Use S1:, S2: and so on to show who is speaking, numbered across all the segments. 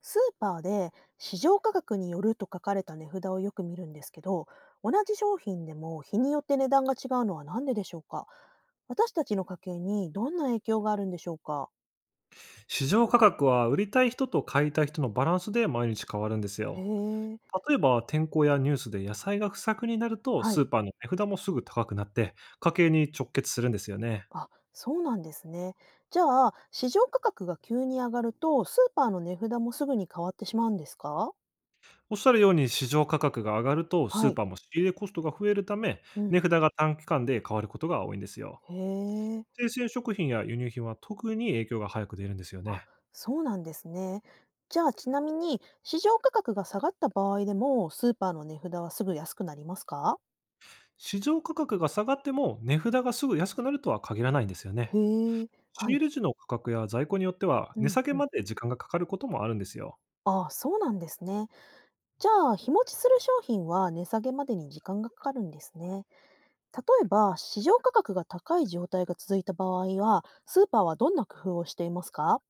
S1: スーパーで市場価格によると書かれた値札をよく見るんですけど、同じ商品でも日によって値段が違うのは何ででしょうか？私たちの家計にどんな影響があるんでしょうか？
S2: 市場価格は売りたい人と買いたい人のバランスで毎日変わるんです
S1: へ
S2: よ。
S1: え、
S2: 例えば、天候やニュースで野菜が不作になると、
S1: はい。
S2: スーパーの値札もすぐ高くなって家計に直結するんですよね。
S1: あ、そうなんですね。じゃあ、市場価格が急に上がると、スーパーの値札もすぐに変わってしまうんですか？
S2: おっしゃるように、市場価格が上がると
S1: は
S2: スー
S1: い。
S2: パーも仕入れコストが増えるため、
S1: うん。
S2: 値札が短期間で変わることが多いんですよ。
S1: へえ。
S2: 生鮮食品や輸入品は特に影響が早く出るんですよ
S1: あ、
S2: ね。
S1: そうなんですね。じゃあ、ちなみに、市場価格が下がった場合でも、スーパーの値札はすぐ安くなりますか？
S2: 市場価格が下がっても、値札がすぐ安くなるとは限らないんですよね。
S1: へえ、
S2: 仕
S1: はい。
S2: 入れ時の価格や在庫によっては、
S1: う
S2: 値
S1: ん、
S2: 下げ
S1: うん。
S2: まで時間がかかることもあるんですよ。
S1: ああ、そうなんですね。じゃあ、日持ちする商品は値下げまでに時間がかかるんですね。例えば、市場価格が高い状態が続いた場合は、スーパーはどんな工夫をしていますか？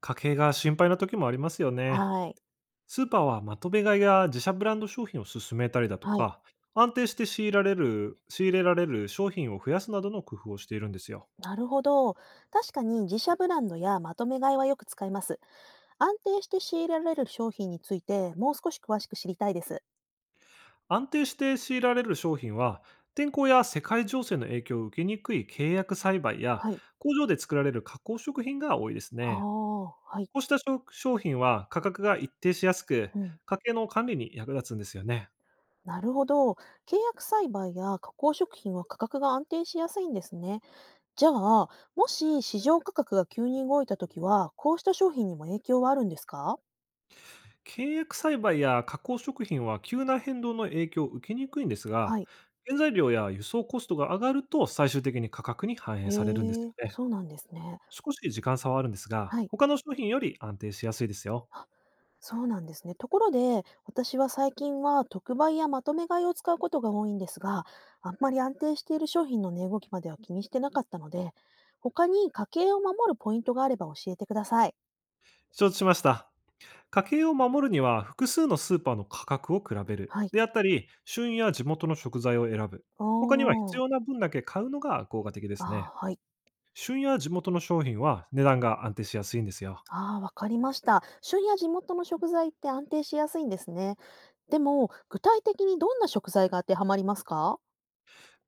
S2: 家計が心配な時もありますよね。
S1: はい。
S2: スーパーはまとめ買いや自社ブランド商品を進めたりだと
S1: はい。
S2: か、安定して仕入れられる商品を増やすなどの工夫をしているんですよ。
S1: なるほど。確かに自社ブランドやまとめ買いはよく使います。安定して仕入れられる商品について、もう少し詳しく知りたいです。
S2: 安定して仕入れられる商品は、天候や世界情勢の影響を受けにくい契約栽培や、
S1: はい。
S2: 工場で作られる加工食品が多いです
S1: あ
S2: ね。
S1: あ、はい。
S2: こうした商品は価格が一定しやすく、
S1: うん、
S2: 家計の管理に役立つんですよね。
S1: なるほど。契約栽培や加工食品は価格が安定しやすいんですね。じゃあ、もし市場価格が急に動いたときは、こうした商品にも影響はあるんですか？
S2: 契約栽培や加工食品は急な変動の影響を受けにくいんです
S1: は
S2: が、
S1: い。
S2: 原材料や輸送コストが上がると、最終的に価格に反映されるんです
S1: へえ、
S2: よね。
S1: そうなんですね。
S2: 少し時間差はあるんですが、
S1: はい。
S2: 他の商品より安定しやすいですよ。
S1: そうなんですね。ところで、私は最近は特売やまとめ買いを使うことが多いんですが、あんまり安定している商品の値動きまでは気にしてなかったので、他に家計を守るポイントがあれば教えてください。
S2: 承知しました。家計を守るには、複数のスーパーの価格を比べる。
S1: はい。
S2: であったり、旬や地元の食材を選ぶ。
S1: お
S2: 他には、必
S1: ー。
S2: 要な分だけ買うのが効果的ですね。
S1: あーはい。
S2: 旬や地元の商品は値段が安定しやすいんですよ。
S1: ああ、わかりました。旬や地元の食材って安定しやすいんですね。でも、具体的にどんな食材が当てはまりますか？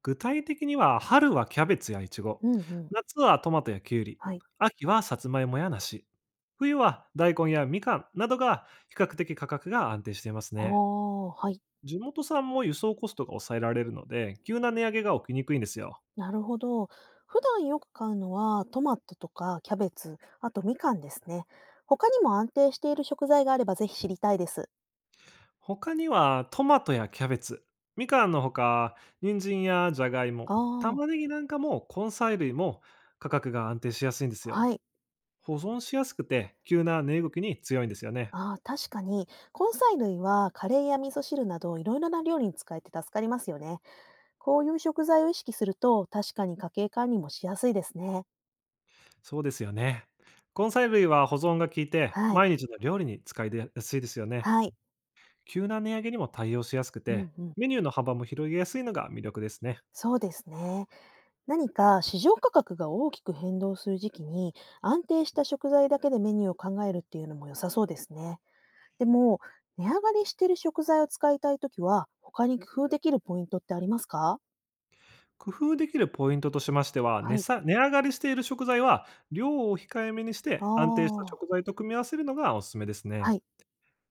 S2: 具体的には、春はキャベツやイチゴ、
S1: うんうん。
S2: 夏はトマトやキュウリ、
S1: はい。
S2: 秋はさつまいもや梨、冬は大根やみかんなどが比較的価格が安定していますね。
S1: おー、はい。
S2: 地元産も輸送コストが抑えられるので、急な値上げが起きにくいんですよ。
S1: なるほど。普段よく買うのはトマトとかキャベツ、あとみかんですね。他にも安定している食材があればぜひ知りたいです。
S2: 他にはトマトやキャベツ、みかんのほか、人参やじゃがい
S1: あ
S2: も、
S1: あ、
S2: 玉ねぎなんかも、根菜類も価格が安定しやすいんです
S1: は
S2: よ。
S1: い。
S2: 保存しやすくて、急な値動きに強いんですよね。
S1: ああ、確かに、根菜類はカレーや味噌汁などいろいろな料理に使えて助かりますよね。こういう食材を意識すると確かに家計管理もしやすいですね。
S2: そうですよね。根菜類は保存が効いて、
S1: はい。
S2: 毎日の料理に使いやすいですよね。
S1: はい。
S2: 急な値上げにも対応しやすく
S1: う
S2: て、
S1: んうん。
S2: メニューの幅も広げやすいのが魅力ですね。
S1: そうですね。何か市場価格が大きく変動する時期に安定した食材だけでメニューを考えるっていうのも良さそうですね。でも、値上がりしてる食材を使いたいときは、他に工夫できるポイントってありますか？
S2: 工夫できるポイントとしましては、
S1: はい。
S2: 値上がりしている食材は量を控えめにし
S1: あ
S2: て、安定した
S1: あ、
S2: 食材と組み合わせるのがおすすめです
S1: は
S2: ね。
S1: い。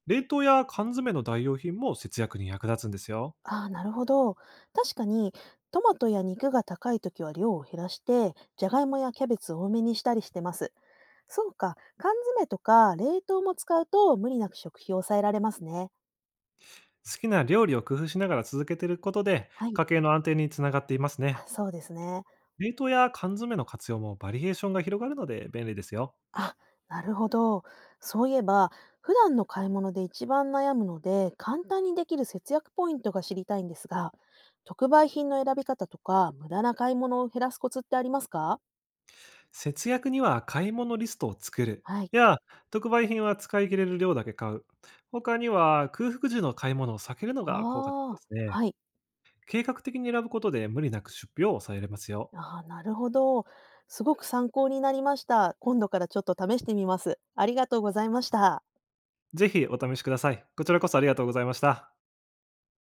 S2: 冷凍や缶詰の代用品も節約に役立つんですよ。
S1: ああ、なるほど。確かに、トマトや肉が高いときは量を減らして、じゃがいもやキャベツを多めにしたりしてます。そうか、缶詰とか冷凍も使うと無理なく食費を抑えられますね。
S2: 好きな料理を工夫しながら続けていることで、
S1: はい。
S2: 家計の安定につながっています
S1: あ
S2: ね。
S1: そうですね。
S2: 冷凍や缶詰の活用もバリエーションが広がるので便利ですよ。
S1: あ、なるほど。そういえば、普段の買い物で一番悩むので、簡単にできる節約ポイントが知りたいんですが、特売品の選び方とか、無駄な買い物を減らすコツってありますか？
S2: 節約には、買い物リストを作る。
S1: はい。
S2: や、特売品は使い切れる量だけ買う。他には、空腹時の買い物を避けるのが効果的で
S1: ああ、
S2: すね。
S1: はい。
S2: 計画的に選ぶことで、無理なく出費を抑えられますよ。
S1: ああ、なるほど。すごく参考になりました。今度からちょっと試してみます。ありがとうございました。
S2: ぜひお試しください。こちらこそありがとうございました。